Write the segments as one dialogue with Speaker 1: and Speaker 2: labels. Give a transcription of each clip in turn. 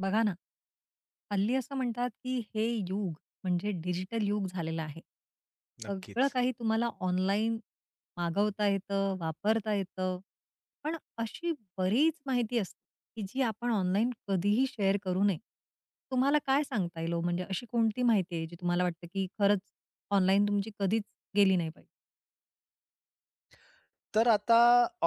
Speaker 1: बघा ना, हल्ली असं म्हणतात, की हे युग म्हणजे डिजिटल युग झालेलं आहे. सगळं
Speaker 2: नक्कीच.
Speaker 1: काही तुम्हाला ऑनलाईन मागवता येतं, वापरता येतं. पण अशी बरीच माहिती असते, की जी आपण ऑनलाईन कधीही शेअर करू नये. तुम्हाला काय सांगता येईल ओ? म्हणजे अशी कोणती माहिती आहे, जी तुम्हाला वाटतं, की खरंच ऑनलाईन तुमची कधीच गेली नाही पाहिजे?
Speaker 2: तर आता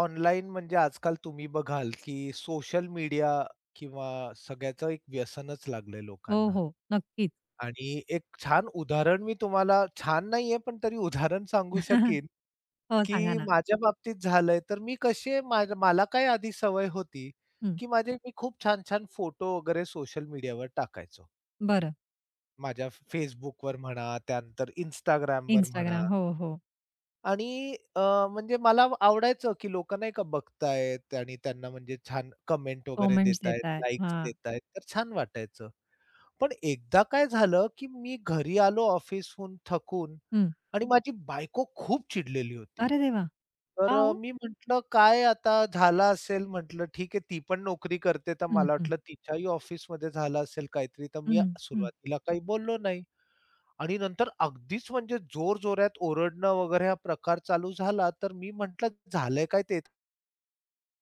Speaker 2: ऑनलाईन म्हणजे आजकाल तुम्ही बघाल, की सोशल मीडिया किंवा सगळ्याचं एक व्यसनच लागलंय
Speaker 1: हो,
Speaker 2: लोकांना
Speaker 1: हो. नक्कीच.
Speaker 2: आणि एक छान उदाहरण मी तुम्हाला छान नाहीये, पण तरी उदाहरण सांगू शकीन,
Speaker 1: हो, सांगा
Speaker 2: की
Speaker 1: ना.
Speaker 2: माझ्या बाबतीत झालंय. तर मी कसे मला काय आधी सवय होती,
Speaker 1: हं.
Speaker 2: की माझे मी खूप छान-छान फोटो वगैरे सोशल मीडियावर टाकायचो.
Speaker 1: बरं.
Speaker 2: माझ्या Facebookवर म्हणा, त्यानंतर Instagramवर म्हणा.
Speaker 1: Instagram. हो, हो.
Speaker 2: आणि अ, म्हणजे मला आवडायचं, की लोकं नाही का बघतायत आणि त्यांना म्हणजे छान कमेंट वगैरे
Speaker 1: कमेंट्स
Speaker 2: देतायत,
Speaker 1: देतायत.
Speaker 2: लाइक्स
Speaker 1: हां.
Speaker 2: देतायत, तर छान वाटायचं. पण एकदा काय झालं, की मी घरी आलो ऑफिसहून थकून आणि माझी बायको खूप चिडलेली होती.
Speaker 1: अरे देवा!
Speaker 2: तर
Speaker 1: का ओ?
Speaker 2: मी म्हटलं, "काय आता झालं असेल?" म्हटलं, "ठीक आहे, ती पण नोकरी करते, तर
Speaker 1: हं,
Speaker 2: मला
Speaker 1: हं,
Speaker 2: वाटलं तिच्याही ऑफिसमध्ये झालं असेल काहीतरी." तर मी
Speaker 1: हं, हं.
Speaker 2: सुरुवातीला काही बोललो नाही. आणि नंतर अगदीच म्हणजे जोरजोरात ओरडणं वगैरे हा प्रकार चालू झाला, तर मी म्हटलं, "झालंय काय ते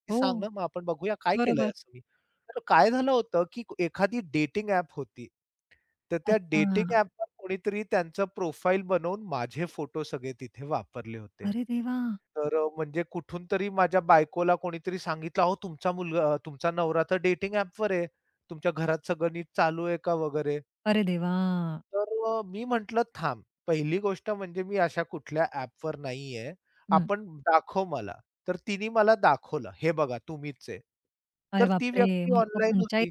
Speaker 2: ते
Speaker 1: हो,
Speaker 2: सांग ना, मग आपण बघूया काय केलंय
Speaker 1: बरोबर.
Speaker 2: असं मी." तर काय झालं होतं, की एखादी डेटिंग ॲप होती. तर त्या डेटिंग
Speaker 1: अच्छा.
Speaker 2: ॲपवर कोणीतरी त्यांचं प्रोफाईल बनवून माझे फोटो सगळे तिथे वापरले होते.
Speaker 1: अरे देवा!
Speaker 2: तर म्हणजे कुठून तरी माझ्या बायकोला कोणीतरी सांगितलं, "अहो तुमचा मुलगा तुमचा नवरा तर डेटिंग ॲपवर आहे. तुमच्या घरात सगळं नीट चालू आहे का?" वगैरे.
Speaker 1: अरे देवा!
Speaker 2: तर मी म्हटलं थांब. पहिली गोष्ट म्हणजे मी अशा कुठल्या ॲपवर नाहीये.
Speaker 1: हं.
Speaker 2: आपण दाखव मला. तर तिने मला दाखवलं, "हे बघा तुम्हीच आहे."
Speaker 1: अरे
Speaker 2: तर ती
Speaker 1: बापरे!
Speaker 2: व्यक्ती
Speaker 1: मग तर
Speaker 2: ऑनलाईन
Speaker 1: पंचायत.
Speaker 2: होती.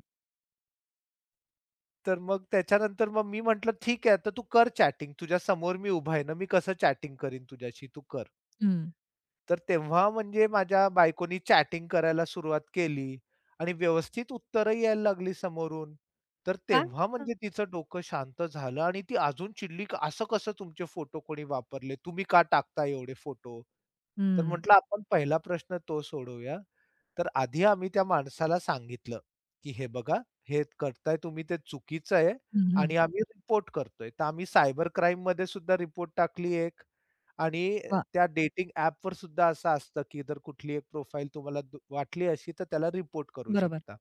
Speaker 2: तर मग त्याच्यानंतर मी म्हटलं, "ठीक आहे, आता तू कर चॅटिंग. तुझ्या समोर मी उभा आहे ना, मी कसं चॅटिंग करीन तुझ्याशी, तू कर."
Speaker 1: हं.
Speaker 2: तर तेव्हा म्हणजे माझ्या बायकोनी चॅटिंग करायला सुरुवात केली आणि व्यवस्थित उत्तरं यायला लागली समोरून. तर
Speaker 1: काय
Speaker 2: तेव्हा
Speaker 1: म्हणता?
Speaker 2: म्हणजे तिचं डोकं शांत झालं आणि ती अजून चिडली, की "असं कसं तुमचे फोटो कोणी वापरले? तुम्ही का टाकता एवढे फोटो?" तर
Speaker 1: हं,
Speaker 2: म्हटलं, "आपण पहिला प्रश्न तो सोडवूया." तर आधी आम्ही त्या माणसाला सांगितलं, की "हे बघा, हे करताय तुम्ही ते चुकीचं आहे
Speaker 1: हं, हं.
Speaker 2: आणि हं. आम्ही रिपोर्ट करतोय. तर आम्ही सायबर क्राईममध्ये सुद्धा रिपोर्ट टाकली एक आणि
Speaker 1: वाह!
Speaker 2: त्या डेटिंग ॲपवर सुद्धा असं असतं, की जर कुठली एक प्रोफाईल तुम्हाला वाटली अशी तर त्याला रिपोर्ट करू
Speaker 1: बरोबर.
Speaker 2: शकता.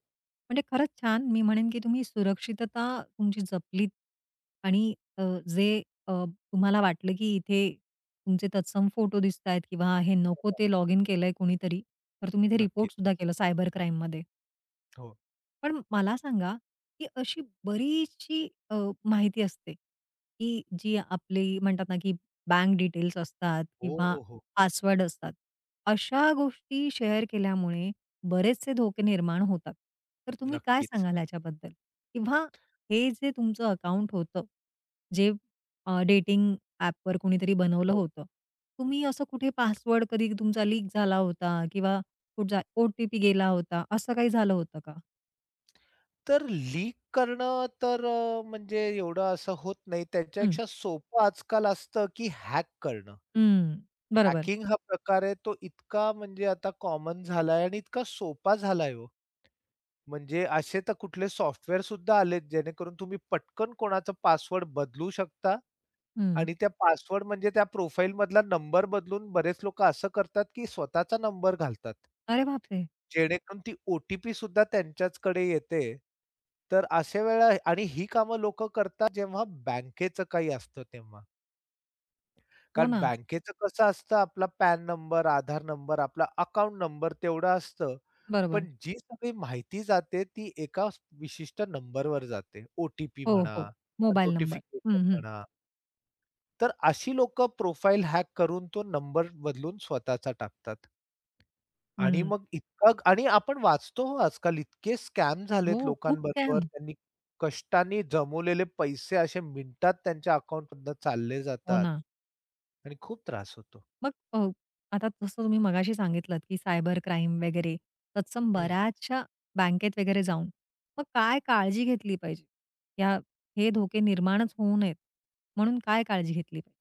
Speaker 1: म्हणजे खरंच छान. मी म्हणेन की तुम्ही सुरक्षितता तुमची जपलीत आणि अ, जे अ, तुम्हाला वाटलं की इथे तुमचे तत्सम फोटो दिसतायत किंवा हे नको
Speaker 2: हो
Speaker 1: ते लॉगिन केलंय कोणीतरी, तर तुम्ही ते
Speaker 2: नक्कीच.
Speaker 1: रिपोर्ट सुद्धा केलं सायबर क्राईममध्ये.
Speaker 2: हो.
Speaker 1: पण मला सांगा, की अशी बरीचशी माहिती असते, की जी आपली म्हणतात ना, की बँक डिटेल्स असतात
Speaker 2: हो,
Speaker 1: किंवा
Speaker 2: हो, हो.
Speaker 1: पासवर्ड असतात. अशा गोष्टी शेअर केल्यामुळे बरेचसे धोके निर्माण होतात. तर तुम्ही काय
Speaker 2: नक्कीच.
Speaker 1: सांगाल ह्याच्याबद्दल? किंवा हे जे तुमचं अकाउंट होतं, जे डेटिंग ॲपवर कोणीतरी बनवलं
Speaker 2: हो.
Speaker 1: होतं. तुम्ही असं कुठे पासवर्ड कधी तुमचा लीक झाला होता किंवा कुठचा ओ-टी-पी गेला होता, असं काही झालं होतं का?
Speaker 2: तर लीक करणं तर म्हणजे एवढं असं होत नाही. त्याच्यापेक्षा सोपं आजकाल असतं, की हॅक करणं.
Speaker 1: हं, बरोबर.
Speaker 2: हॅकिंग हा प्रकार आहे तो इतका म्हणजे आता कॉमन झालाय आणि इतका सोपा झालाय हो. म्हणजे असे तर कुठले सॉफ्टवेअर सुद्धा आलेत, जेणेकरून तुम्ही पटकन कोणाचा पासवर्ड बदलू शकता
Speaker 1: हं.
Speaker 2: आणि त्या पासवर्ड म्हणजे त्या प्रोफाईलमधला नंबर बदलून बरेच लोकं असं करतात, की स्वतःचा नंबर घालतात.
Speaker 1: अरे बापरे!
Speaker 2: जेणेकरून ती ओ सुद्धा त्यांच्याचकडे येते. तर अशा वेळा आणि ही कामं लोकं करतात जेव्हा बँकेचं काही असतं तेव्हा.
Speaker 1: हो
Speaker 2: कारण
Speaker 1: ना.
Speaker 2: बँकेचं कसं असतं आपला पॅन नंबर, आधार नंबर, आपला अकाउंट नंबर तेवढं असतं.
Speaker 1: बरोबर.
Speaker 2: पण जी सगळी माहिती जाते ती एका विशिष्ट नंबरवर जाते. ओ टी
Speaker 1: हो,
Speaker 2: म्हणा,
Speaker 1: हो. Mobile number.
Speaker 2: नोटिफिकेशन
Speaker 1: हं, हं.
Speaker 2: म्हणा. तर अशी लोकं प्रोफाइल हॅक करून तो नंबर बदलून स्वतःचा टाकतात. आणि
Speaker 1: हं.
Speaker 2: मग इतका आणि आपण वाचतो हो आजकाल इतके स्कॅम
Speaker 1: हो,
Speaker 2: झालेत
Speaker 1: खूप
Speaker 2: लोकांबरोबर.
Speaker 1: स्कॅम.
Speaker 2: त्यांनी कष्टाने जमवलेले पैसे असे मिनिटात त्यांच्या अकाउंटमधनं चालले
Speaker 1: हो
Speaker 2: जातात
Speaker 1: ना.
Speaker 2: आणि खूप त्रास होतो.
Speaker 1: मग आता जसं तुम्ही मगाशी सांगितलत, की सायबर क्राईम वगैरे तत्सम
Speaker 2: हं.
Speaker 1: बऱ्याचशा बँकेत वगैरे जाऊन, मग काय काळजी घेतली पाहिजे? या हे धोके निर्माणच होऊ नयेत, म्हणून काय काळजी घेतली पाहिजे?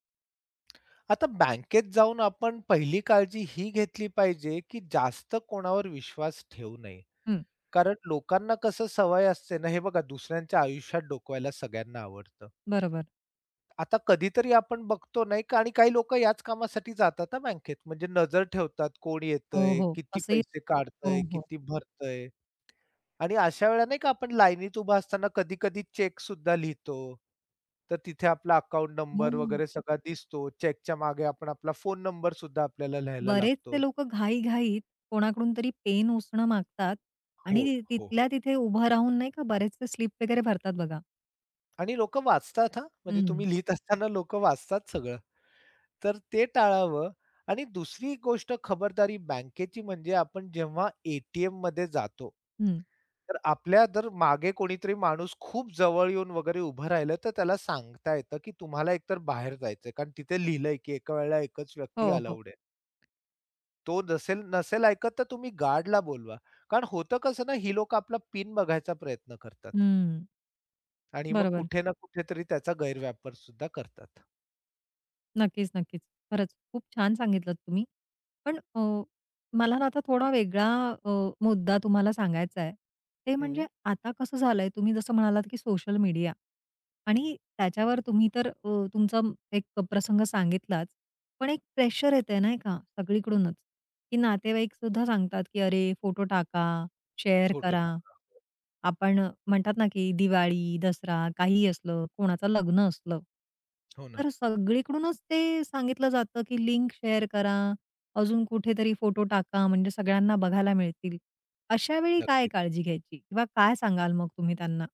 Speaker 2: आता बँकेत जाऊन आपण पहिली काळजी ही घेतली पाहिजे, की जास्त कोणावर विश्वास ठेवू नये.
Speaker 1: हं,
Speaker 2: कारण लोकांना कसं सवय असते ना, हे बघा दुसऱ्यांच्या आयुष्यात डोकवायला सगळ्यांना आवडतं.
Speaker 1: बरोबर.
Speaker 2: आता कधीतरी आपण बघतो नाही का आणि काही लोकं याच कामासाठी जातात हां बँकेत. म्हणजे नजर ठेवतात, कोण
Speaker 1: हो,
Speaker 2: येतंय,
Speaker 1: हो.
Speaker 2: किती
Speaker 1: असंही
Speaker 2: पैसे
Speaker 1: हो,
Speaker 2: काढतंय,
Speaker 1: हो.
Speaker 2: किती भरतंय. आणि अशा वेळेला नाही का आपण लाईनीत उभा असताना कधी-कधी सुद्धा लिहितो. तर तिथे आपला अकाउंट
Speaker 1: हो.
Speaker 2: नंबर वगैरे सगळा दिसतो. चेकच्या मागे आपण आपला फोन नंबर सुद्धा आपल्याला लिहायला
Speaker 1: बरेचसे
Speaker 2: लागतो.
Speaker 1: लोकं घाई-घाईत कोणाकडून तरी पेन उसणं मागतात
Speaker 2: हो,
Speaker 1: आणि
Speaker 2: हो,
Speaker 1: तिथल्या
Speaker 2: हो.
Speaker 1: तिथे उभं राहून नाही का बरेचसे स्लिप वगैरे भरतात बघा.
Speaker 2: आणि लोकं वाचतात हां. म्हणजे
Speaker 1: हं.
Speaker 2: तुम्ही लिहित असताना लोकं वाचतात सगळं. तर ते टाळावं आणि दुसरी गोष्ट खबरदारी बँकेची म्हणजे आपण जेव्हा एटीएममध्ये जातो,
Speaker 1: हं.
Speaker 2: तर आपल्या जर मागे कोणीतरी माणूस खूप जवळ येऊन वगैरे उभं राहिलं, तर त्याला सांगता येतं, की तुम्हाला एकतर बाहेर जायचंय. कारण तिथे लिहिलंय, की एका वेळेला एकच व्यक्ती
Speaker 1: हो, हो.
Speaker 2: अलाउड आहे. तो नसेल नसेल ऐकत तर तुम्ही गार्डला बोलवा. कारण होतं कसं ना, ही लोकं आपला पिन बघायचा प्रयत्न करतात
Speaker 1: हं.
Speaker 2: आणि मग
Speaker 1: बरोबर.
Speaker 2: कुठे ना कुठेतरी त्याचा गैरवापर सुद्धा करतात.
Speaker 1: नक्कीच, नक्कीच. खरंच खूप छान सांगितलत तुम्ही. पण मला ना आता थोडा वेगळा अ, मुद्दा तुम्हाला सांगायचा आहे. ते
Speaker 2: हं,
Speaker 1: म्हणजे आता कसं झालंय तुम्ही जसं म्हणालात, की सोशल मीडिया आणि त्याच्यावर तुम्ही तर तुमचा एक प्रसंग सांगितलाच. पण एक प्रेशर येतंय नाही का सगळीकडूनच, की नातेवाईकसुद्धा सांगतात, की "अरे फोटो टाका, शेअर
Speaker 2: फोटो
Speaker 1: करा."
Speaker 2: टाका.
Speaker 1: आपण म्हणतात ना, की दिवाळी, दसरा काहीही असलं, कोणाचं लग्न असलं,
Speaker 2: हो ना.
Speaker 1: तर सगळीकडूनच ते सांगितलं जातं, की लिंक शेअर करा, अजून कुठेतरी फोटो टाका, म्हणजे सगळ्यांना बघायला मिळतील. अशा वेळी काय
Speaker 2: नक्कीच.
Speaker 1: काळजी घ्यायची किंवा काय सांगाल मग तुम्ही त्यांना?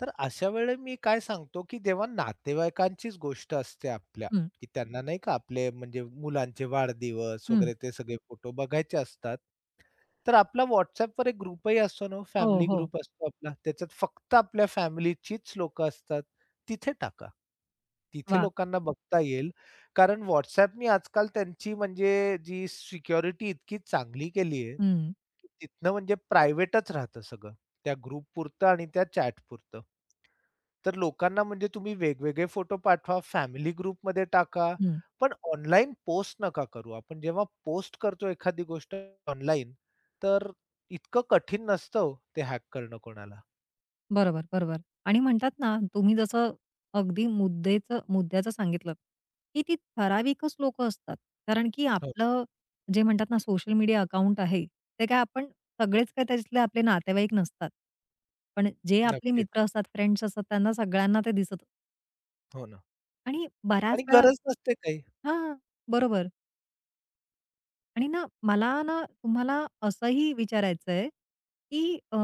Speaker 2: तर अशा वेळी मी काय सांगतो, की जेव्हा नातेवाईकांचीच गोष्ट असते आपल्या,
Speaker 1: हं,
Speaker 2: की त्यांना नाही का आपले म्हणजे मुलांचे वाढदिवस
Speaker 1: हं.
Speaker 2: वगैरे ते सगळे फोटो बघायचे असतात. तर आपला WhatsAppवर एक ग्रुपही असतो ना हो,
Speaker 1: हो,
Speaker 2: फॅमिली
Speaker 1: हो.
Speaker 2: ग्रुप असतो आपला. त्याच्यात फक्त आपल्या फॅमिलीचीच लोकं असतात. तिथे टाका. तिथे
Speaker 1: वाह!
Speaker 2: लोकांना बघता येईल. कारण WhatsAppनी आजकाल त्यांची म्हणजे जी सिक्युरिटी इतकी चांगली केली आहे,
Speaker 1: हं,
Speaker 2: तिथनं म्हणजे प्रायव्हेटच राहतं सगळं. त्या ग्रुपपुरतं आणि त्या चॅटपुरतं. तर लोकांना म्हणजे तुम्ही वेगवेगळे फोटो पाठवा, फॅमिली ग्रुपमध्ये टाका.
Speaker 1: हं.
Speaker 2: पण ऑनलाईन पोस्ट नका करू. आपण जेव्हा पोस्ट करतो एखादी गोष्ट ऑनलाईन, तर इतकं कठीण नसतं हो ते हॅक करणं कोणाला.
Speaker 1: बरोबर, बरोबर. आणि म्हणतात ना, तुम्ही जसं अगदी मुद्द्याचं सांगितलं, की ती ठराविकच लोकं असतात. कारण की
Speaker 2: हो,
Speaker 1: आपलं जे म्हणतात ना, सोशल मीडिया अकाउंट आहे, ते काय आपण सगळेच काय त्याच्यातले आपले नातेवाईक नसतात. पण जे आपले
Speaker 2: नक्कीच.
Speaker 1: मित्र असतात, फ्रेंड्स असतात, त्यांना सगळ्यांना ते दिसतं
Speaker 2: हो ना.
Speaker 1: आणि
Speaker 2: आणि
Speaker 1: बऱ्याच वेळा
Speaker 2: गरज नसते काही.
Speaker 1: हां, बरोबर. आणि ना मला ना तुम्हाला असंही विचारायचं आहे, की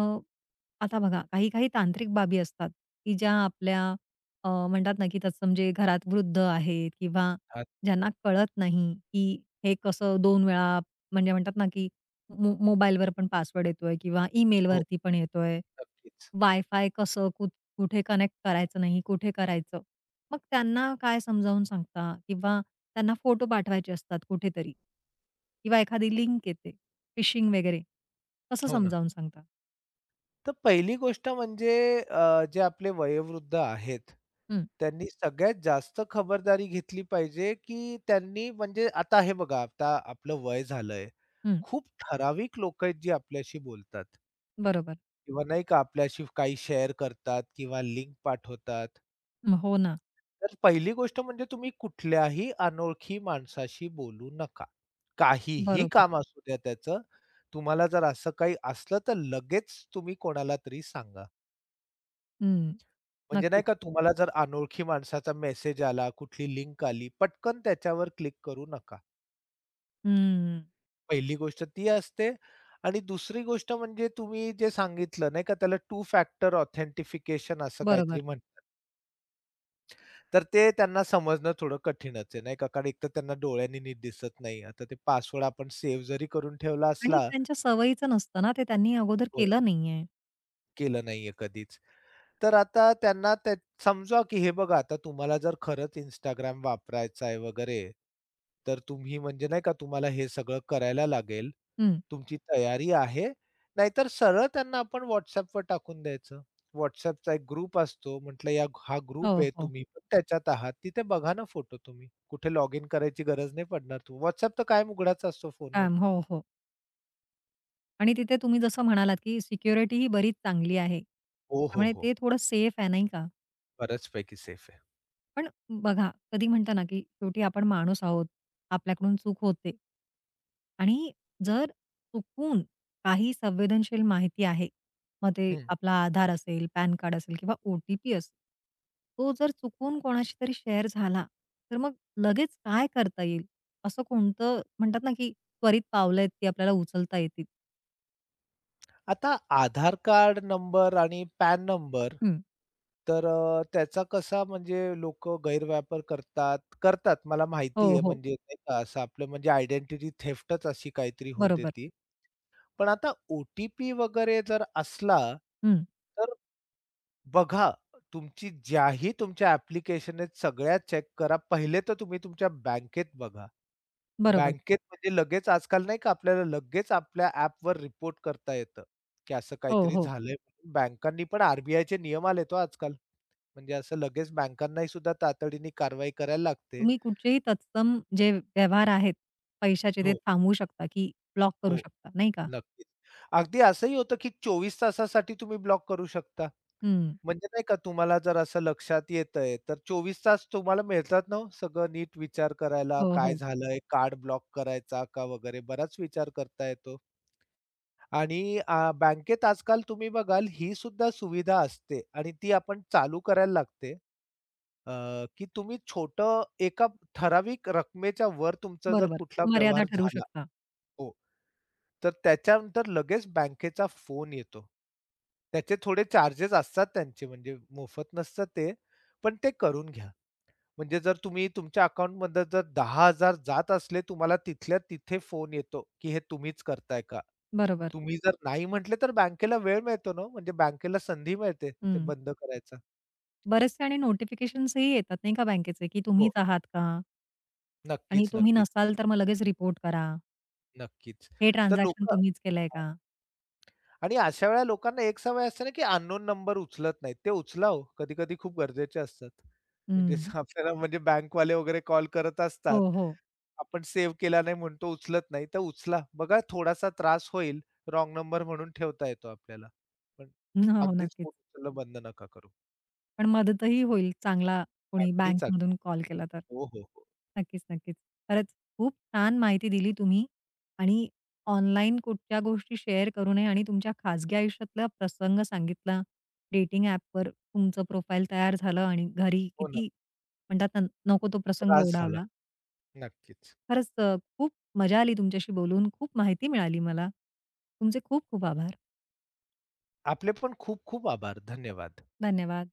Speaker 1: आता बघा काही-काही तांत्रिक बाबी असतात, की ज्या आपल्या म्हणतात ना, की तत्सम जे घरात वृद्ध आहेत किंवा
Speaker 2: हां,
Speaker 1: ज्यांना कळत नाही, की हे कसं दोन वेळा म्हणजे म्हणतात ना, की मोबाईलवर पण पासवर्ड येतोय किंवा
Speaker 2: हो,
Speaker 1: ईमेलवरती पण येतोय.
Speaker 2: नक्कीच.
Speaker 1: वायफाय कसं, कुठे कनेक्ट करायचं नाही, कुठे करायचं. मग त्यांना काय समजावून सांगता किंवा त्यांना फोटो पाठवायचे असतात कुठेतरी किंवा एखादी लिंक येते, फिशिंग वगैरे. कसं
Speaker 2: हो ना.
Speaker 1: समजावून सांगता?
Speaker 2: तर पहिली गोष्ट म्हणजे जे आपले वयोवृद्ध आहेत,
Speaker 1: हं,
Speaker 2: त्यांनी सगळ्यात जास्त खबरदारी घेतली पाहिजे, की त्यांनी म्हणजे आता हे बघा, आता आपलं वय झालंय.
Speaker 1: हं.
Speaker 2: खूप ठराविक लोकं आहेत जी आपल्याशी बोलतात
Speaker 1: बरोबर.
Speaker 2: किंवा नाही का आपल्याशी काही शेअर करतात किंवा लिंक पाठवतात.
Speaker 1: हं, हो ना.
Speaker 2: तर पहिली गोष्ट म्हणजे तुम्ही कुठल्याही अनोळखी माणसाशी बोलू नका. काहीही
Speaker 1: बरोबर.
Speaker 2: काम असू द्या त्याचं. तुम्हाला जर असं काही असलं तर लगेच तुम्ही कोणाला तरी सांगा.
Speaker 1: हं,
Speaker 2: म्हणजे नाही
Speaker 1: नक्कीच.
Speaker 2: का तुम्हाला जर अनोळखी माणसाचा मेसेज आला, कुठली लिंक आली, पटकन त्याच्यावर क्लिक करू नका.
Speaker 1: हं,
Speaker 2: पहिली गोष्ट ती असते आणि दुसरी गोष्ट म्हणजे तुम्ही जे सांगितलं नाही का त्याला टू फॅक्टर ऑथेंटिफिकेशन असं काहीतरी
Speaker 1: बरोबर.
Speaker 2: म्हणतात. तर ते त्यांना समजणं थोडं कठीणच आहे नाही का, कारण एकतर त्यांना डोळ्यांनी नीट दिसत नाही. आता ते पासवर्ड आपण सेव्ह जरी करून ठेवला
Speaker 1: आणि
Speaker 2: असला
Speaker 1: त्यांच्या सवयीचं नसतं ना, ते त्यांनी अगोदर
Speaker 2: हो,
Speaker 1: केलं नाहीये.
Speaker 2: केलं नाहीये कधीच. तर आता त्यांना त्या समजा, की हे बघा आता तुम्हाला जर खरंच Instagram वापरायचा आहे वगैरे, तर तुम्ही म्हणजे नाही का तुम्हाला हे सगळं करायला लागेल.
Speaker 1: हं.
Speaker 2: तुमची तयारी आहे. नाहीतर सरळ त्यांना आपण WhatsAppवर टाकून द्यायचं. WhatsAppचा एक ग्रुप असतो. म्हटलं या हा ग्रुप
Speaker 1: हो,
Speaker 2: आहे.
Speaker 1: हो.
Speaker 2: तुम्ही पण त्याच्यात आहात. तिथे बघा ना फोटो तुम्ही. कुठे लॉग इन करायची गरज नाही पडणार. WhatsApp तर कायम उघडाच असतो फोनवर.
Speaker 1: काम. हो, हो. आणि तिथे तुम्ही जसं म्हणालात, की सिक्युरिटी ही बरीच चांगली आहे.
Speaker 2: हो, हो,
Speaker 1: त्यामुळे
Speaker 2: हो.
Speaker 1: ते थोडं सेफ आहे, नाही का?
Speaker 2: बऱ्याचपैकी सेफ आहे.
Speaker 1: पण बघा, कधी म्हणता ना, की शेवटी आपण माणूस आहोत. आपल्याकडून चूक होते. आणि जर चुकून काही संवेदनशील माहिती आहे, मग ते
Speaker 2: हं.
Speaker 1: आपला आधार असेल, पॅन कार्ड असेल किंवा ओ-टी-पी असेल. तो जर चुकून कोणाशी तरी शेअर झाला, तर मग लगेच काय करता येईल? असं कोणतं म्हणतात ना, की त्वरित पावलं आहेत, ती आपल्याला उचलता येतील?
Speaker 2: आता आधार कार्ड नंबर आणि पॅन नंबर,
Speaker 1: हं.
Speaker 2: तर त्याचा कसा म्हणजे लोक गैरवापर करतात करतात मला माहिती
Speaker 1: हो,
Speaker 2: आहे
Speaker 1: हो.
Speaker 2: म्हणजे नाही का असं आपलं म्हणजे आयडेंटिटी थेफ्टच अशी काहीतरी होते
Speaker 1: बरोबर.
Speaker 2: ती. पण आता ओ-टी-पी वगैरे जर असला,
Speaker 1: हं.
Speaker 2: तर बघा तुमची ज्याही तुमच्या ॲप्लिकेशन आहेत सगळ्या चेक करा. पहिले तर तुम्ही तुमच्या बँकेत बघा.
Speaker 1: बरोबर.
Speaker 2: बँकेत म्हणजे लगेच आजकाल नाही का आपल्याला लगेच आपल्या ॲपवर रिपोर्ट करता येतं, की असं
Speaker 1: हो,
Speaker 2: काहीतरी
Speaker 1: हो.
Speaker 2: झालंय. म्हणून. बँकांनी पण आर चे नियम आले तो आजकाल. म्हणजे असं लगेच बँकांनाही सुद्धा तातडीने कारवाई करायला लागते.
Speaker 1: तुम्ही कुठचेही तत्सम जे व्यवहार आहेत पैशाचे ते
Speaker 2: हो,
Speaker 1: थांबवू शकता, की ब्लॉक करू
Speaker 2: हो.
Speaker 1: शकता, नाही का?
Speaker 2: नक्कीच. अगदी असंही होतं, की 24 तासासाठी तुम्ही ब्लॉक करू शकता.
Speaker 1: हं.
Speaker 2: म्हणजे नाही का तुम्हाला जर असं लक्षात येतंय, तर 24 तास तुम्हाला मिळतात ना हो सगळं नीट विचार करायला,
Speaker 1: हो,
Speaker 2: काय
Speaker 1: हो.
Speaker 2: झालंय, कार्ड ब्लॉक करायचा का वगैरे बराच विचार करता येतो. आणि बँकेत आजकाल तुम्ही बघाल ही सुद्धा सुविधा असते आणि ती आपण चालू करायला लागते, की तुम्ही एका ठराविक रकमेच्या वर तुमचा जर
Speaker 1: बरोबर.
Speaker 2: कुठला
Speaker 1: मर्यादा
Speaker 2: व्यवहार
Speaker 1: ठरवू
Speaker 2: झाला
Speaker 1: शकता.
Speaker 2: हो, तर त्याच्यानंतर लगेच बँकेचा फोन येतो. त्याचे थोडे चार्जेस असतात त्यांचे म्हणजे मोफत नसतं ते, पण ते करून घ्या. म्हणजे जर तुम्ही तुमच्या अकाउंटमध्ये जर 10,000 जात असले, तुम्हाला तिथल्या तिथे फोन येतो, की हे तुम्हीच करताय का?
Speaker 1: बरोबर.
Speaker 2: तुम्ही जर नाही म्हटले, तर बँकेला वेळ मिळतो ना हो, म्हणजे बँकेला संधी मिळते ते
Speaker 1: हं.
Speaker 2: बंद करायचं.
Speaker 1: बरेचसे आणि नोटिफिकेशन्सही येतात नाही का बँकेचे, की तुम्हीच
Speaker 2: हो,
Speaker 1: आहात का? आणि
Speaker 2: नक्कीच,
Speaker 1: तुम्ही
Speaker 2: नक्कीच,
Speaker 1: नसाल तर मग लगेच रिपोर्ट करा.
Speaker 2: नक्कीच.
Speaker 1: हे
Speaker 2: तर
Speaker 1: ट्रान्झॅक्शन
Speaker 2: लोकं
Speaker 1: तुम्हीच केलंय का?
Speaker 2: आणि अशा वेळेला लोकांना एक सवय असते ना, की अननोन नंबर उचलत नाहीत. ते उचला हो, कधी-कधी खूप गरजेचे असतात. म्हणजे
Speaker 1: हं.
Speaker 2: आपल्याला म्हणजे बँकवाले वगैरे कॉल करत
Speaker 1: हो,
Speaker 2: असतात.
Speaker 1: हो.
Speaker 2: आपण सेव्ह केला नाही म्हणून तो उचलत नाही, तर उचला. बघा थोडासा त्रास होईल, रॉंग नंबर म्हणून ठेवता येतो आपल्याला. पण
Speaker 1: हो, हो.
Speaker 2: अगदीच
Speaker 1: नक्कीच.
Speaker 2: फोन उचलणं बंद नका करू.
Speaker 1: पण मदतही होईल चांगला कोणी
Speaker 2: अगदीच, अगदी.
Speaker 1: बँकमधून कॉल केला तर.
Speaker 2: हो, हो, हो.
Speaker 1: नक्कीच, नक्कीच. खरंच खूप छान माहिती दिली तुम्ही आणि ऑनलाईन कुठच्या गोष्टी शेअर करू नये आणि तुमच्या खाजगी आयुष्यातला प्रसंग सांगितला. डेटिंग ॲपवर तुमचं प्रोफाईल तयार झालं आणि घरी
Speaker 2: हो ना,
Speaker 1: किती म्हणतात ना, नको तो प्रसंग
Speaker 2: त्रास झाला.
Speaker 1: ओढावला.
Speaker 2: नक्कीच.
Speaker 1: खरंच खूप मजा आली तुमच्याशी बोलून. खूप माहिती मिळाली मला. तुमचे खूप खूप आभार.
Speaker 2: आपले पण खूप खूप आभार. धन्यवाद.
Speaker 1: धन्यवाद.